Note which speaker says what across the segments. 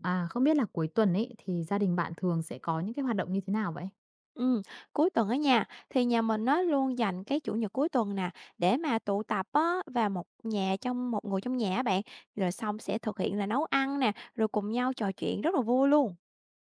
Speaker 1: À, không biết là cuối tuần ấy thì gia đình bạn thường sẽ có những cái hoạt động như thế nào vậy?
Speaker 2: Ừm, Cuối tuần ở nhà thì nhà mình nó luôn dành cái chủ nhật cuối tuần nè để mà tụ tập á và một người trong nhà á bạn, rồi xong sẽ thực hiện là nấu ăn nè, rồi cùng nhau trò chuyện rất là vui luôn.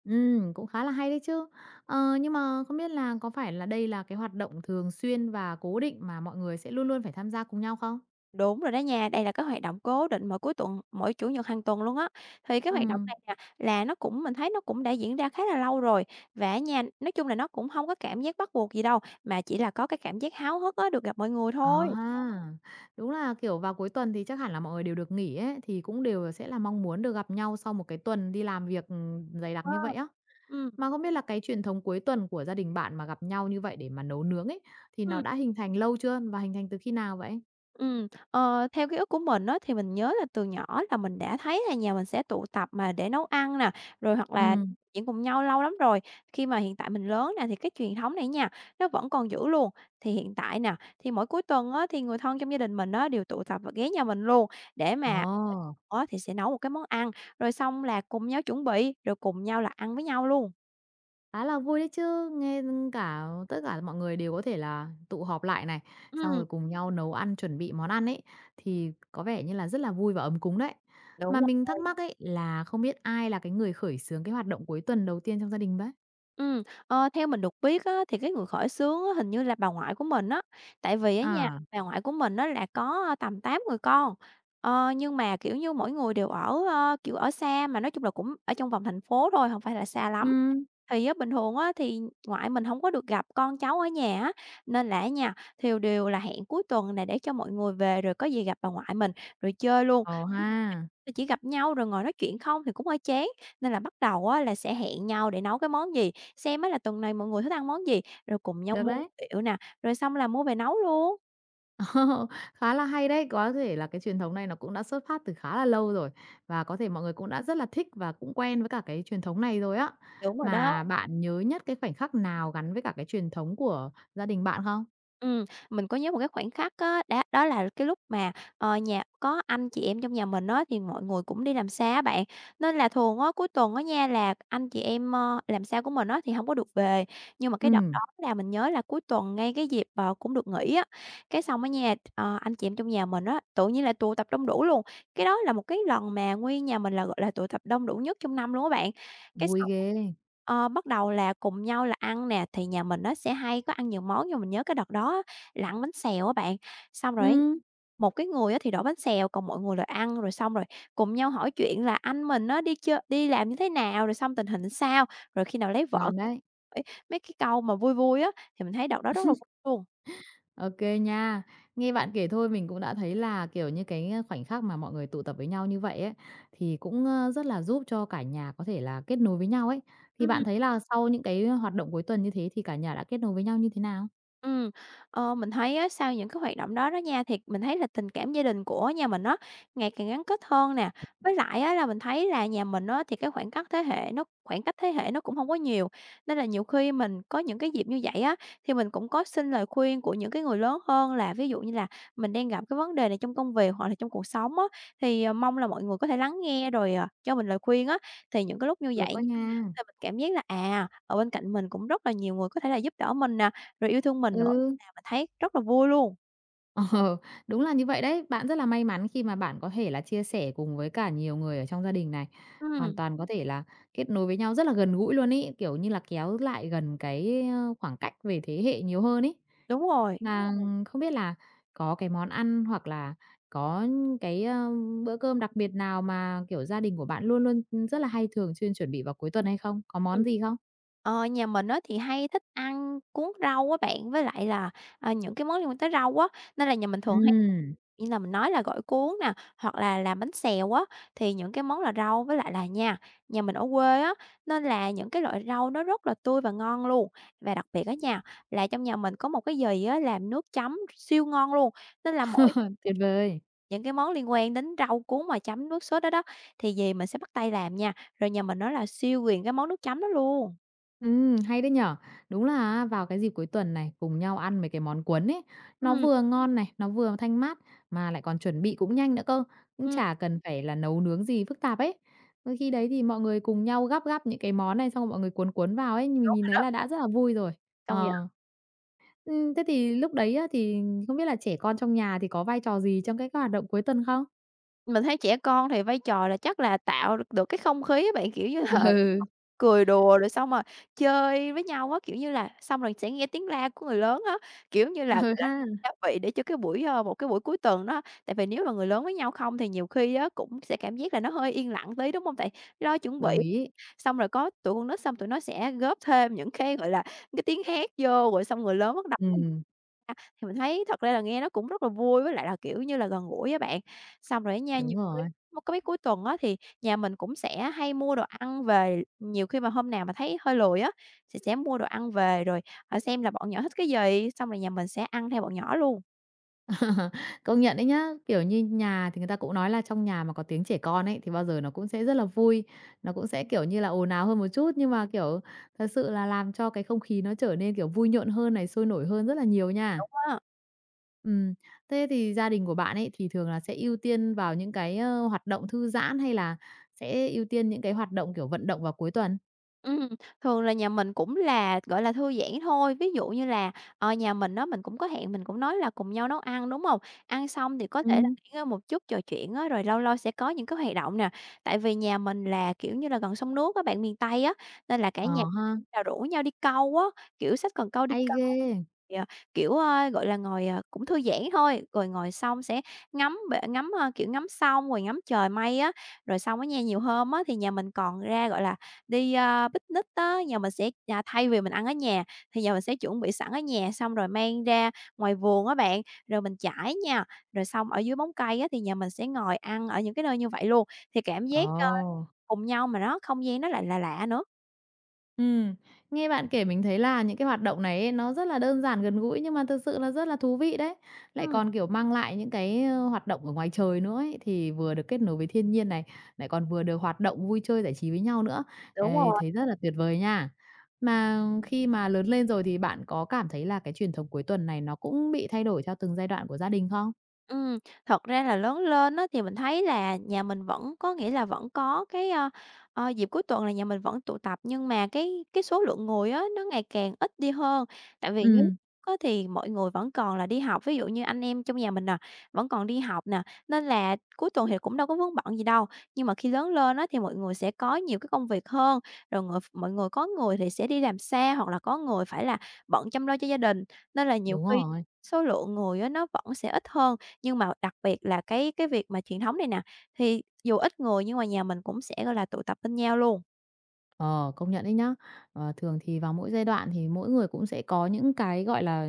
Speaker 1: Ừ, cũng khá là hay đấy chứ. Nhưng mà không biết là có phải là đây là cái hoạt động thường xuyên và cố định mà mọi người sẽ luôn luôn phải tham gia cùng nhau không?
Speaker 2: Đúng rồi đó nha, đây là cái hoạt động cố định mỗi cuối tuần, mỗi chủ nhật hàng tuần luôn á. Thì cái hoạt động
Speaker 1: Ừ.
Speaker 2: này nè là nó cũng mình thấy nó cũng đã diễn ra khá là lâu rồi và á nha, nói chung là nó cũng không có cảm giác bắt buộc gì đâu, mà chỉ là có cái cảm giác háo hức á được gặp mọi người
Speaker 1: Ờ
Speaker 2: thôi.
Speaker 1: ha. Đúng là, kiểu, vào cuối tuần thì chắc hẳn là mọi người đều được nghỉ ấy, thì cũng đều sẽ là mong muốn được gặp nhau sau một cái tuần đi làm việc, dày đặc
Speaker 2: Ờ,
Speaker 1: như vậy á.
Speaker 2: ừm,
Speaker 1: Mà không biết là cái truyền thống cuối tuần của gia đình bạn mà gặp nhau như vậy để mà nấu nướng ấy, thì nó
Speaker 2: ừm.
Speaker 1: đã hình thành lâu chưa và hình thành từ khi nào vậy?
Speaker 2: Ờ, Theo ký ức của mình á, thì mình nhớ là từ nhỏ là mình đã thấy là nhà mình sẽ tụ tập mà để nấu ăn nè, rồi hoặc là
Speaker 1: Ừ.
Speaker 2: chuyện cùng nhau lâu lắm rồi. Khi mà hiện tại mình lớn nè, thì cái truyền thống này nha, nó vẫn còn giữ luôn. Thì hiện tại nè, thì mỗi cuối tuần á, thì người thân trong gia đình mình á, đều tụ tập và ghé nhà mình luôn để mà
Speaker 1: Ồ,
Speaker 2: á, thì sẽ nấu một cái món ăn, rồi xong là cùng nhau chuẩn bị, rồi cùng nhau là ăn với nhau luôn.
Speaker 1: khá là vui đấy chứ, nghe cả tất cả mọi người đều có thể là tụ họp lại này, xong rồi
Speaker 2: Ừm,
Speaker 1: cùng nhau nấu ăn, chuẩn bị món ăn ấy, thì có vẻ như là rất là vui và ấm cúng đấy. Mà
Speaker 2: đúng
Speaker 1: mình thắc
Speaker 2: rồi.
Speaker 1: mắc ấy là không biết ai là cái người khởi xướng cái hoạt động cuối tuần đầu tiên trong gia đình đấy?
Speaker 2: Ừ, ờ, Theo mình được biết á, thì cái người khởi xướng á, hình như là bà ngoại của mình á. Tại vì á nha,
Speaker 1: À,
Speaker 2: bà ngoại của mình á, là có, tầm 8 người con, nhưng mà, kiểu như, mỗi người đều ở, kiểu, ở xa, mà nói chung là cũng ở trong vòng thành phố thôi, không phải là xa
Speaker 1: ừ,
Speaker 2: lắm. Thì á, bình thường á, thì ngoại mình không có được gặp con cháu ở nhà á, nên là á nha, thiều đều là hẹn cuối tuần này để cho mọi người về rồi có gì gặp bà ngoại mình, rồi chơi luôn.
Speaker 1: ồ ha,
Speaker 2: Là chỉ gặp nhau rồi ngồi nói chuyện không thì cũng hơi chán, nên là bắt đầu á là sẽ hẹn nhau để nấu cái món gì, xem á là tuần này mọi người thích ăn món gì, rồi cùng nhau
Speaker 1: được
Speaker 2: mua
Speaker 1: đấy.
Speaker 2: nguyên liệu nè, rồi xong là mua về nấu luôn.
Speaker 1: Ồ, khá là hay đấy, có thể là cái truyền thống này nó cũng đã xuất phát từ khá là lâu rồi và có thể mọi người cũng đã rất là thích và cũng quen với cả cái truyền thống này rồi á.
Speaker 2: Đúng rồi đó.
Speaker 1: Mà bạn nhớ nhất cái khoảnh khắc nào gắn với cả cái truyền thống của gia đình bạn không?
Speaker 2: Mình có nhớ một cái khoảnh khắc á, đó là cái lúc mà, nhà có anh chị em trong nhà mình á, thì mọi người cũng đi làm xa á bạn, nên là thường á, cuối tuần á nha, là anh chị em, làm xa của mình á, thì không có được về. Nhưng mà cái đợt
Speaker 1: Ừm,
Speaker 2: đó là mình nhớ là cuối tuần ngay cái dịp, cũng được nghỉ á, cái xong á nha, anh chị em trong nhà mình á, tự nhiên là tụ tập đông đủ luôn. Cái đó là một cái lần mà nguyên nhà mình là, gọi là, tụ tập đông đủ nhất trong năm luôn á bạn. Cái
Speaker 1: vui
Speaker 2: xong
Speaker 1: ghê.
Speaker 2: Bắt đầu là cùng nhau là ăn nè, thì nhà mình nó sẽ hay có ăn nhiều món, nhưng mình nhớ cái đợt đó á là ăn bánh xèo á bạn. Xong rồi ấy,
Speaker 1: Ừm,
Speaker 2: một cái người á thì đổ bánh xèo, còn mọi người lại ăn, rồi xong rồi cùng nhau hỏi chuyện là anh mình nó đi chơi đi làm như thế nào, rồi xong tình hình sao, rồi khi nào lấy vợ.
Speaker 1: ngon đấy.
Speaker 2: Ấy, mấy cái câu mà vui vui á, thì mình thấy đợt đó rất là vui luôn.
Speaker 1: OK nha. Nghe bạn kể thôi mình cũng đã thấy là, kiểu như, cái khoảnh khắc mà mọi người tụ tập với nhau như vậy ấy, thì cũng rất là giúp cho cả nhà có thể là kết nối với nhau ấy. Thì bạn
Speaker 2: Ừm.
Speaker 1: thấy là sau những cái hoạt động cuối tuần như thế thì cả nhà đã kết nối với nhau như thế nào?
Speaker 2: ừ mình thấy á, sau những cái hoạt động đó đó nha, thì mình thấy là tình cảm gia đình của nhà mình nó ngày càng gắn kết hơn nè. Với lại á, là mình thấy là nhà mình á, thì cái khoảng cách thế hệ nó cũng không có nhiều, nên là nhiều khi mình có những cái dịp như vậy á, thì mình cũng có xin lời khuyên của những cái người lớn hơn là ví dụ như là mình đang gặp cái vấn đề này trong công việc hoặc là trong cuộc sống á, thì, mong là mọi người có thể lắng nghe rồi, cho mình lời khuyên á. Thì những cái lúc như
Speaker 1: Được
Speaker 2: vậy
Speaker 1: đó nha.
Speaker 2: thì mình cảm giác là, à, ở bên cạnh mình cũng rất là nhiều người có thể là giúp đỡ mình nè, rồi yêu thương mình nữa,
Speaker 1: Ừ.
Speaker 2: làm mình thấy rất là vui luôn.
Speaker 1: Ờ, đúng là như vậy đấy. Bạn rất là may mắn khi mà bạn có thể là chia sẻ cùng với cả nhiều người ở trong gia đình này. Hoàn
Speaker 2: Ừm,
Speaker 1: toàn có thể là kết nối với nhau rất là gần gũi luôn ấy, kiểu như là kéo lại gần cái khoảng cách về thế hệ nhiều hơn ấy.
Speaker 2: đúng rồi.
Speaker 1: Mà không biết là có cái món ăn hoặc là có cái bữa cơm đặc biệt nào mà, kiểu, gia đình của bạn luôn luôn, rất là hay thường xuyên chuẩn bị vào cuối tuần hay không? Có
Speaker 2: Ừm.
Speaker 1: món gì không?
Speaker 2: Ờ, nhà mình á thì hay thích ăn cuốn rau á bạn, với lại là, à, những cái món liên quan tới rau á, nên là nhà mình thường hay
Speaker 1: Ừm,
Speaker 2: như là mình nói là gỏi cuốn nè, hoặc là làm bánh xèo á, thì những cái món là rau với lại là nha, nhà mình ở quê á, nên là những cái loại rau nó rất là tươi và ngon luôn. Và đặc biệt á nha, là trong nhà mình có một cái dì á làm nước chấm siêu ngon luôn, nên là mỗi
Speaker 1: tuyệt vời.
Speaker 2: những cái món liên quan đến rau cuốn mà chấm nước sốt đó đó, thì về mình sẽ bắt tay làm nha, rồi nhà mình nói là siêu quyền cái món nước chấm đó luôn.
Speaker 1: Hay đấy nhở. Đúng là á, vào cái dịp cuối tuần này, cùng nhau ăn mấy cái món cuốn ấy, nó
Speaker 2: Ừm,
Speaker 1: vừa ngon này, nó vừa thanh mát, mà lại còn chuẩn bị cũng nhanh nữa cơ, cũng
Speaker 2: ừm,
Speaker 1: chả cần phải là nấu nướng gì phức tạp ấy. Đôi khi đấy thì mọi người cùng nhau gắp gắp những cái món này xong rồi mọi người cuốn cuốn vào ấy, mình
Speaker 2: Đúng
Speaker 1: nhìn
Speaker 2: rồi
Speaker 1: thấy
Speaker 2: đó,
Speaker 1: là đã rất là vui rồi.
Speaker 2: công nhận.
Speaker 1: Ờ. Thế thì lúc đấy á, thì không biết là trẻ con trong nhà thì có vai trò gì trong cái hoạt động cuối tuần không?
Speaker 2: Mình thấy trẻ con thì vai trò là chắc là tạo được được cái không khí á bạn, kiểu như là,
Speaker 1: Ừ.
Speaker 2: cười đùa rồi xong rồi chơi với nhau á, kiểu như là, xong rồi sẽ nghe tiếng la của người lớn á, kiểu như là, cái
Speaker 1: Ừ
Speaker 2: đó
Speaker 1: ha,
Speaker 2: gia vị để cho cái buổi, một cái buổi cuối tuần đó. Tại vì nếu mà người lớn với nhau không thì nhiều khi á cũng sẽ cảm giác là nó hơi yên lặng tí, đúng không? Tại lo chuẩn
Speaker 1: đồng
Speaker 2: bị.
Speaker 1: ý.
Speaker 2: Xong rồi có tụi con nít xong tụi nó sẽ góp thêm những cái, gọi là, cái tiếng hát vô, rồi xong người lớn bắt đầu
Speaker 1: Ừm,
Speaker 2: á thì mình thấy thật ra là nghe nó cũng rất là vui, với lại là, kiểu như là, gần gũi á bạn. Xong rồi á nha, nhiều
Speaker 1: đúng
Speaker 2: khi
Speaker 1: rồi.
Speaker 2: một cái mấy cuối tuần á thì nhà mình cũng sẽ hay mua đồ ăn về, nhiều khi mà hôm nào mà thấy hơi lười á, thì sẽ mua đồ ăn về rồi, xem là bọn nhỏ thích cái gì, xong rồi nhà mình sẽ ăn theo bọn nhỏ luôn.
Speaker 1: Công nhận đấy nhá, kiểu như, nhà thì người ta cũng nói là trong nhà mà có tiếng trẻ con ấy, thì bao giờ nó cũng sẽ rất là vui, nó cũng sẽ, kiểu như là, ồn ào hơn một chút, nhưng mà, kiểu, thật sự là làm cho cái không khí nó trở nên, kiểu, vui nhộn hơn này, sôi nổi hơn rất là nhiều nha.
Speaker 2: Á.
Speaker 1: Ừm, Thế thì gia đình của bạn ấy thì thường là sẽ ưu tiên vào những cái hoạt động thư giãn hay là sẽ ưu tiên những cái hoạt động, kiểu, vận động vào cuối tuần?
Speaker 2: Ừm, Thường là nhà mình cũng là, gọi là, thư giãn thôi. Ví dụ như là, nhà mình á, mình cũng có hẹn, mình cũng nói là cùng nhau nấu ăn, đúng hông? Ăn xong thì có thể là
Speaker 1: Ừm.
Speaker 2: nghỉ ngơi một chút, trò chuyện á, rồi lâu lâu sẽ có những cái hoạt động nè. Tại vì nhà mình là, kiểu như là, gần sông nước á bạn, miền Tây á, nên là cả
Speaker 1: Ờ
Speaker 2: nhà
Speaker 1: ha,
Speaker 2: là rủ nhau đi câu á, kiểu, xách cần câu đi
Speaker 1: hay
Speaker 2: câu.
Speaker 1: ghê!
Speaker 2: Thì, kiểu, gọi là, ngồi, cũng thư giãn thôi, rồi ngồi xong sẽ ngắm bể ngắm, kiểu, ngắm sông rồi ngắm trời mây á. Rồi xong á nha, nhiều hôm á thì nhà mình còn ra, gọi là đi, picnic á, nhà mình sẽ thay vì mình ăn ở nhà thì nhà mình sẽ chuẩn bị sẵn ở nhà, xong rồi mang ra ngoài vườn á bạn, rồi mình trải nha, rồi xong ở dưới bóng cây á thì nhà mình sẽ ngồi ăn ở những cái nơi như vậy luôn, thì cảm giác,
Speaker 1: Ồ.
Speaker 2: cùng nhau mà nó không gian nó lại là lạ nữa.
Speaker 1: Ừm, Nghe bạn kể mình thấy là những cái hoạt động này ấy, nó rất là đơn giản, gần gũi nhưng mà thực sự là rất là thú vị đấy. Lại
Speaker 2: Ừm,
Speaker 1: còn, kiểu, mang lại những cái hoạt động ở ngoài trời nữa ấy, thì vừa được kết nối với thiên nhiên này, lại còn vừa được hoạt động vui chơi giải trí với nhau nữa.
Speaker 2: đúng
Speaker 1: Ê,
Speaker 2: rồi.
Speaker 1: thấy rất là tuyệt vời nha. Mà khi mà lớn lên rồi thì bạn có cảm thấy là cái truyền thống cuối tuần này nó cũng bị thay đổi theo từng giai đoạn của gia đình không?
Speaker 2: Ừm, Thật ra là lớn lên á, thì mình thấy là nhà mình vẫn có nghĩa là vẫn có cái, dịp cuối tuần là nhà mình vẫn tụ tập, nhưng mà cái số lượng người á, nó ngày càng ít đi hơn. Tại vì như lúc
Speaker 1: Ừm,
Speaker 2: á, thì mọi người vẫn còn là đi học, ví dụ như anh em trong nhà mình nè, vẫn còn đi học nè, nên là cuối tuần thì cũng đâu có vướng bận gì đâu. Nhưng mà khi lớn lên á, thì mọi người sẽ có nhiều cái công việc hơn, rồi mọi người có người thì sẽ đi làm xa, hoặc là có người phải là bận chăm lo cho gia đình, nên là nhiều
Speaker 1: đúng
Speaker 2: khi
Speaker 1: rồi.
Speaker 2: số lượng người á, nó vẫn sẽ ít hơn. Nhưng mà đặc biệt là cái việc mà truyền thống này nè, thì dù ít người nhưng mà nhà mình cũng sẽ, gọi là, tụ tập bên nhau luôn.
Speaker 1: Ờ, công nhận đấy nhá. Thường thì vào mỗi giai đoạn thì mỗi người cũng sẽ có những cái, gọi là,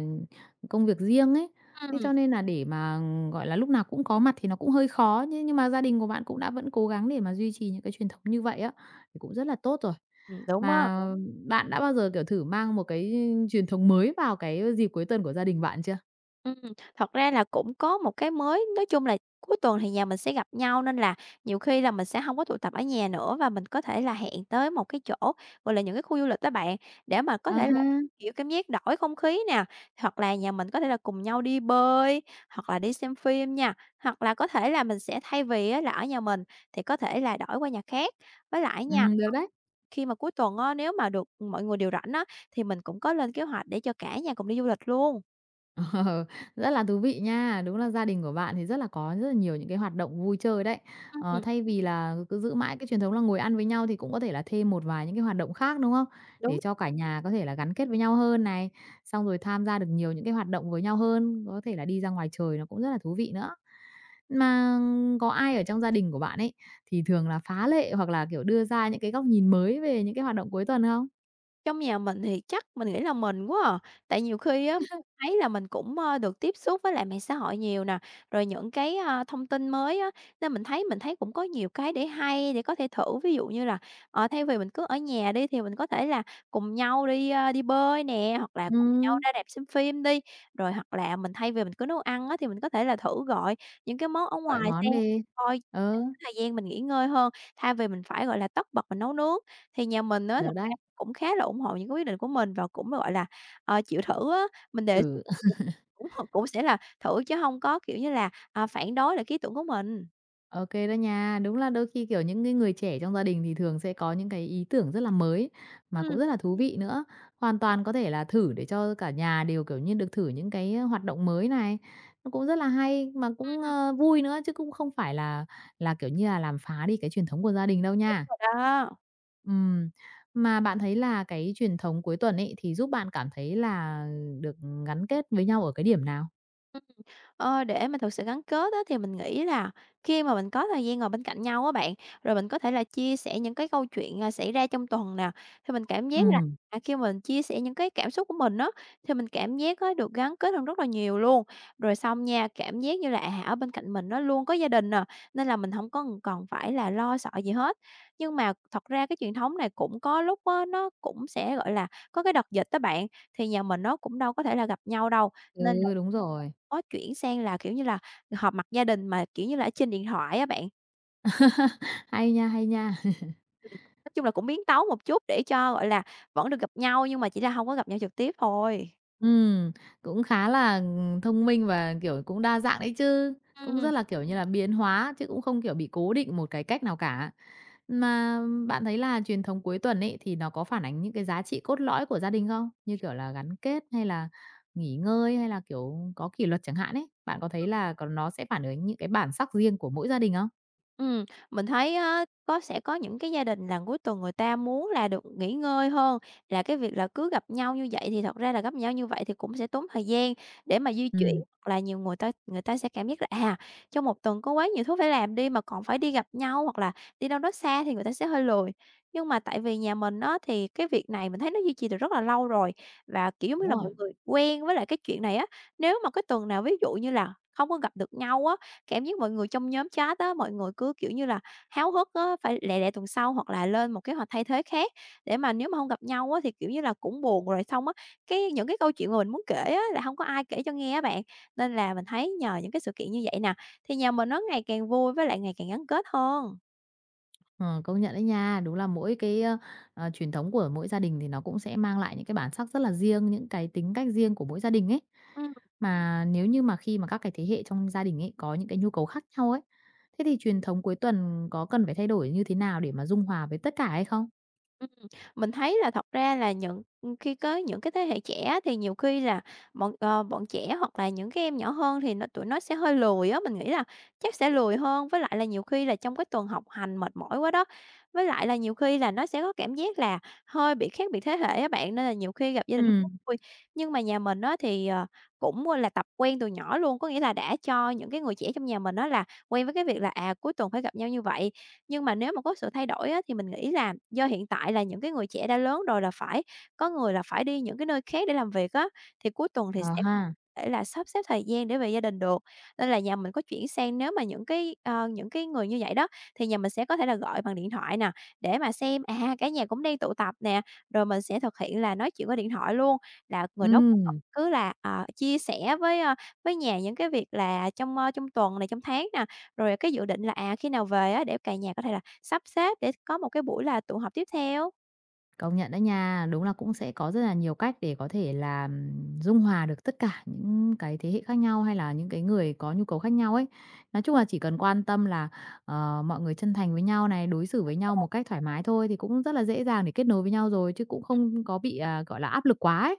Speaker 1: công việc riêng ấy, thế
Speaker 2: Ừm.
Speaker 1: cho nên là để mà, gọi là, lúc nào cũng có mặt thì nó cũng hơi khó, thế nhưng mà gia đình của bạn cũng đã vẫn cố gắng để mà duy trì những cái truyền thống như vậy á, thì cũng rất là tốt rồi.
Speaker 2: Đúng á.
Speaker 1: Mà bạn đã bao giờ, kiểu, thử mang một cái truyền thống mới vào cái dịp cuối tuần của gia đình bạn chưa?
Speaker 2: Ừm, thật ra là cũng có một cái mới, nói chung là cuối tuần thì nhà mình sẽ gặp nhau nên là nhiều khi là mình sẽ không có tụ tập ở nhà nữa và mình có thể là hẹn tới một cái chỗ, gọi là, những cái khu du lịch đó bạn, để mà có
Speaker 1: À
Speaker 2: thể là,
Speaker 1: ha,
Speaker 2: kiểu, cảm giác đổi không khí nè, hoặc là nhà mình có thể là cùng nhau đi bơi, hoặc là đi xem phim nha, hoặc là có thể là mình sẽ thay vì á là ở nhà mình thì có thể là đổi qua nhà khác. Với lại nha,
Speaker 1: được đấy.
Speaker 2: khi mà cuối tuần á, nếu mà được mọi người đều rảnh á, thì mình cũng có lên kế hoạch để cho cả nhà cùng đi du lịch luôn.
Speaker 1: Ờ, rất là thú vị nha. Đúng là gia đình của bạn thì rất là có rất là nhiều những cái hoạt động vui chơi đấy. Ờ,
Speaker 2: Ừm.
Speaker 1: thay vì là cứ giữ mãi cái truyền thống là ngồi ăn với nhau thì cũng có thể là thêm một vài những cái hoạt động khác, đúng không? Để
Speaker 2: Đúng.
Speaker 1: cho cả nhà có thể là gắn kết với nhau hơn này, xong rồi tham gia được nhiều những cái hoạt động với nhau hơn, có thể là đi ra ngoài trời nó cũng rất là thú vị nữa. Mà có ai ở trong gia đình của bạn ấy thì thường là phá lệ hoặc là, kiểu, đưa ra những cái góc nhìn mới về những cái hoạt động cuối tuần không?
Speaker 2: Trong nhà mình thì chắc mình nghĩ là mình quá à, tại nhiều khi á thấy là mình cũng, được tiếp xúc với lại mạng xã hội nhiều nè, rồi những cái, thông tin mới á, nên mình thấy cũng có nhiều cái để hay để có thể thử. Ví dụ như là, thay vì mình cứ ở nhà đi thì mình có thể là cùng nhau đi, đi bơi nè, hoặc là cùng nhau
Speaker 1: Ừm,
Speaker 2: ra rạp xem phim đi, rồi hoặc là mình thay vì mình cứ nấu ăn á thì mình có thể là thử gọi những cái món ở
Speaker 1: gọi
Speaker 2: ngoài
Speaker 1: món
Speaker 2: xem
Speaker 1: về.
Speaker 2: coi
Speaker 1: Ờ,
Speaker 2: thời gian mình nghỉ ngơi hơn, thay vì mình phải, gọi là, tất bật mình nấu nướng. Thì nhà mình á,
Speaker 1: được
Speaker 2: thật ra
Speaker 1: đấy,
Speaker 2: cũng khá là ủng hộ những cái quyết định của mình và cũng, gọi là, chịu thử á, mình đề
Speaker 1: thử
Speaker 2: xuất cũng h cũng sẽ là thử chứ hông có, kiểu như là, phản đối lại cái ý tưởng của mình.
Speaker 1: OK đó nha. Đúng là đôi khi, kiểu, những cái người trẻ trong gia đình thì thường sẽ có những cái ý tưởng rất là mới, mà cũng
Speaker 2: Ừm.
Speaker 1: rất là thú vị nữa. Hoàn toàn có thể là thử để cho cả nhà đều, kiểu như, được thử những cái hoạt động mới này, nó cũng rất là hay mà cũng,
Speaker 2: Ừm,
Speaker 1: ơ, vui nữa chứ cũng không phải là, kiểu như là, làm phá đi cái truyền thống của gia đình đâu
Speaker 2: rồi
Speaker 1: nha.
Speaker 2: đó.
Speaker 1: Ừm, mà bạn thấy là cái truyền thống cuối tuần ấy thì giúp bạn cảm thấy là được gắn kết với nhau ở cái điểm nào?
Speaker 2: Ờ, để mà thực sự gắn kết á, thì mình nghĩ là khi mà mình có thời gian ngồi bên cạnh nhau á bạn, rồi mình có thể là chia sẻ những cái câu chuyện, xảy ra trong tuần nè, thì mình cảm giác là,
Speaker 1: Ừm,
Speaker 2: khi mình chia sẻ những cái cảm xúc của mình á, thì mình cảm giác á, được gắn kết hơn rất là nhiều luôn. Rồi xong nha, cảm giác như là, ở bên cạnh mình nó luôn có gia đình nè, nên là mình không có còn phải là lo sợ gì hết. Nhưng mà thật ra cái truyền thống này cũng có lúc á, nó cũng sẽ, gọi là, có cái đợt dịch á bạn, thì nhà mình nó cũng đâu có thể là gặp nhau đâu, nên
Speaker 1: ừ, đúng rồi.
Speaker 2: có chuyển sang là, kiểu như là, họp mặt gia đình mà, kiểu như là, ở trên điện thoại á bạn.
Speaker 1: Hay nha, hay nha.
Speaker 2: Nói chung là cũng biến tấu một chút để cho, gọi là, vẫn được gặp nhau nhưng mà chỉ là hông có gặp nhau trực tiếp thôi.
Speaker 1: Ừm, Cũng khá là, thông minh và, kiểu, cũng đa dạng đấy chứ, cũng rất
Speaker 2: Ừm.
Speaker 1: là, kiểu như là, biến hóa chứ cũng không, kiểu, bị cố định một cái cách nào cả. Mà bạn thấy là truyền thống cuối tuần ấy thì nó có phản ánh những cái giá trị cốt lõi của gia đình không? Như kiểu là gắn kết hay là nghỉ ngơi hay là, kiểu, có kỷ luật chẳng hạn ấy, bạn có thấy là còn nó sẽ phản ánh những cái bản sắc riêng của mỗi gia đình không?
Speaker 2: Ừm, mình thấy á, có sẽ có những cái gia đình là cuối tuần người ta muốn là được nghỉ ngơi hơn là cái việc là cứ gặp nhau như vậy, thì thật ra là gặp nhau như vậy thì cũng sẽ tốn thời gian để mà di chuyển,
Speaker 1: Ừm,
Speaker 2: hoặc là nhiều người ta sẽ cảm giác là, trong một tuần có quá nhiều thứ phải làm đi mà còn phải đi gặp nhau hoặc là đi đâu đó xa thì người ta sẽ hơi lười. Nhưng mà tại vì nhà mình á, thì cái việc này mình thấy nó duy trì từ rất là lâu rồi và, kiểu giống như
Speaker 1: đúng
Speaker 2: là,
Speaker 1: rồi.
Speaker 2: mọi người quen với lại cái chuyện này á. Nếu mà cái tuần nào ví dụ như là không có gặp được nhau á, cảm giác mọi người trong nhóm chat á, mọi người cứ, kiểu như là, háo hức á, phải "Lẹ lẹ tuần sau" hoặc là lên một kế hoạch thay thế khác để mà nếu mà không gặp nhau á, thì, kiểu như là, cũng buồn. Rồi xong á, cái những cái câu chuyện mà mình muốn kể á, là không có ai kể cho nghe á bạn. Nên là mình thấy nhờ những cái sự kiện như vậy nè, thì nhà mình nó ngày càng vui với lại ngày càng gắn kết hơn.
Speaker 1: Ờ, công nhận đấy nha. Đúng là mỗi cái truyền thống của mỗi gia đình thì nó cũng sẽ mang lại những cái bản sắc rất là riêng, những cái tính cách riêng của mỗi gia đình ấy. Mà nếu như mà khi mà các cái thế hệ trong gia đình ấy có những cái nhu cầu khác nhau ấy, thế thì truyền thống cuối tuần có cần phải thay đổi như thế nào để mà dung hòa với tất cả hay không?
Speaker 2: Ừm, mình thấy là thật ra là những khi có những cái thế hệ trẻ thì nhiều khi là bọn trẻ hoặc là những cái em nhỏ hơn thì tụi nó sẽ hơi lười á, mình nghĩ là chắc sẽ lười hơn. Với lại là nhiều khi là trong cái tuần học hành mệt mỏi quá đó, với lại là nhiều khi là nó sẽ có cảm giác là hơi bị khác biệt thế hệ á bạn, nên là nhiều khi gặp gia đình nó không
Speaker 1: Ừm.
Speaker 2: vui. Nhưng mà nhà mình á thì, là tập quen từ nhỏ luôn, có nghĩa là đã cho những cái người trẻ trong nhà mình đó là quen với cái việc là, cuối tuần phải gặp nhau như vậy. Nhưng mà nếu mà có sự thay đổi á, thì mình nghĩ là do hiện tại là những cái người trẻ đã lớn rồi là phải có người là phải đi những cái nơi khác để làm việc á, thì cuối tuần thì
Speaker 1: Ờ
Speaker 2: sẽ
Speaker 1: ha.
Speaker 2: thể là sắp xếp thời gian để về gia đình được. Nên là nhà mình có chuyển sang nếu mà những cái, những cái người như vậy đó, thì nhà mình sẽ có thể là gọi bằng điện thoại nè, để mà xem, cả nhà cũng đang tụ tập nè, rồi mình sẽ thực hiện là nói chuyện qua điện thoại luôn, là người đó cũng
Speaker 1: Ừm.
Speaker 2: cứ là, chia sẻ với, với nhà những cái việc là trong, trong tuần này, trong tháng nè, rồi cái dự định là, khi nào về á để cả nhà có thể là sắp xếp để có một cái buổi là tụ họp tiếp theo?
Speaker 1: Công nhận đó nha, đúng là cũng sẽ có rất là nhiều cách để có thể là, dung hòa được tất cả những cái thế hệ khác nhau, hay là những cái người có nhu cầu khác nhau ấy. Nói chung là chỉ cần quan tâm là, mọi người chân thành với nhau này, đối xử với nhau một cách thoải mái thôi thì cũng rất là dễ dàng để kết nối với nhau rồi, chứ cũng không có bị, gọi là, áp lực quá ấy.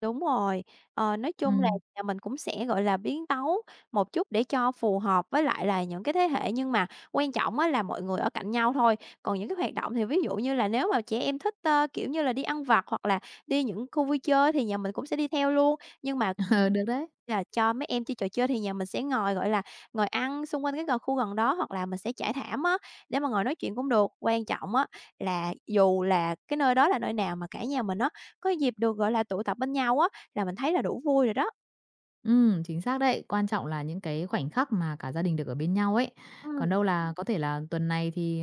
Speaker 2: Đúng rồi, nói chung là
Speaker 1: Ừm,
Speaker 2: nhà mình cũng sẽ, gọi là, biến tấu một chút để cho phù hợp với lại là những cái thế hệ, nhưng mà quan trọng á là mọi người ở cạnh nhau thôi. Còn những cái hoạt động thì ví dụ như là nếu mà trẻ em thích, kiểu như là, đi ăn vặt hoặc là đi những khu vui chơi thì nhà mình cũng sẽ đi theo luôn, nhưng mà
Speaker 1: ờ, được đấy.
Speaker 2: là cho mấy em chơi trò chơi thì nhà mình sẽ ngồi, gọi là, ngồi ăn xung quanh cái gần khu gần đó hoặc là mình sẽ trải thảm á, để mà ngồi nói chuyện cũng được. Quan trọng á là dù là cái nơi đó là nơi nào mà cả nhà mình á có dịp được, gọi là, tụ tập bên nhau á, là mình thấy là đủ vui rồi đó.
Speaker 1: Chính xác đấy. Quan trọng là những cái khoảnh khắc mà cả gia đình được ở bên nhau ấy. Còn
Speaker 2: Ừm,
Speaker 1: đâu là có thể là tuần này thì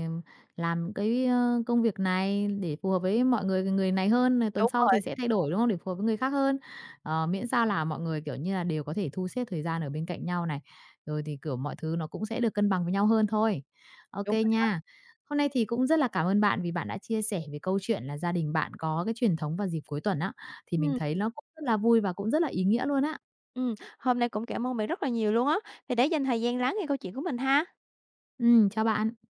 Speaker 1: làm cái công việc này để phù hợp với mọi người người này hơn, này tuần
Speaker 2: đúng
Speaker 1: sau thì
Speaker 2: rồi,
Speaker 1: sẽ thay đổi, đúng không? Để phù hợp với người khác hơn. Ờ, miễn sao là mọi người, kiểu như là, đều có thể thu xếp thời gian ở bên cạnh nhau này, rồi thì, kiểu, mọi thứ nó cũng sẽ được cân bằng với nhau hơn thôi. OK
Speaker 2: đúng rồi.
Speaker 1: nha. Hôm nay thì cũng rất là cảm ơn bạn vì bạn đã chia sẻ về câu chuyện là gia đình bạn có cái truyền thống vào dịp cuối tuần á, thì mình
Speaker 2: Ừm,
Speaker 1: thấy nó cũng rất là vui và cũng rất là ý nghĩa luôn á.
Speaker 2: hôm nay cũng cảm ơn bạn rất là nhiều luôn á, thì để dành thời gian lắng nghe câu chuyện của mình ha.
Speaker 1: Ừ, chào bạn.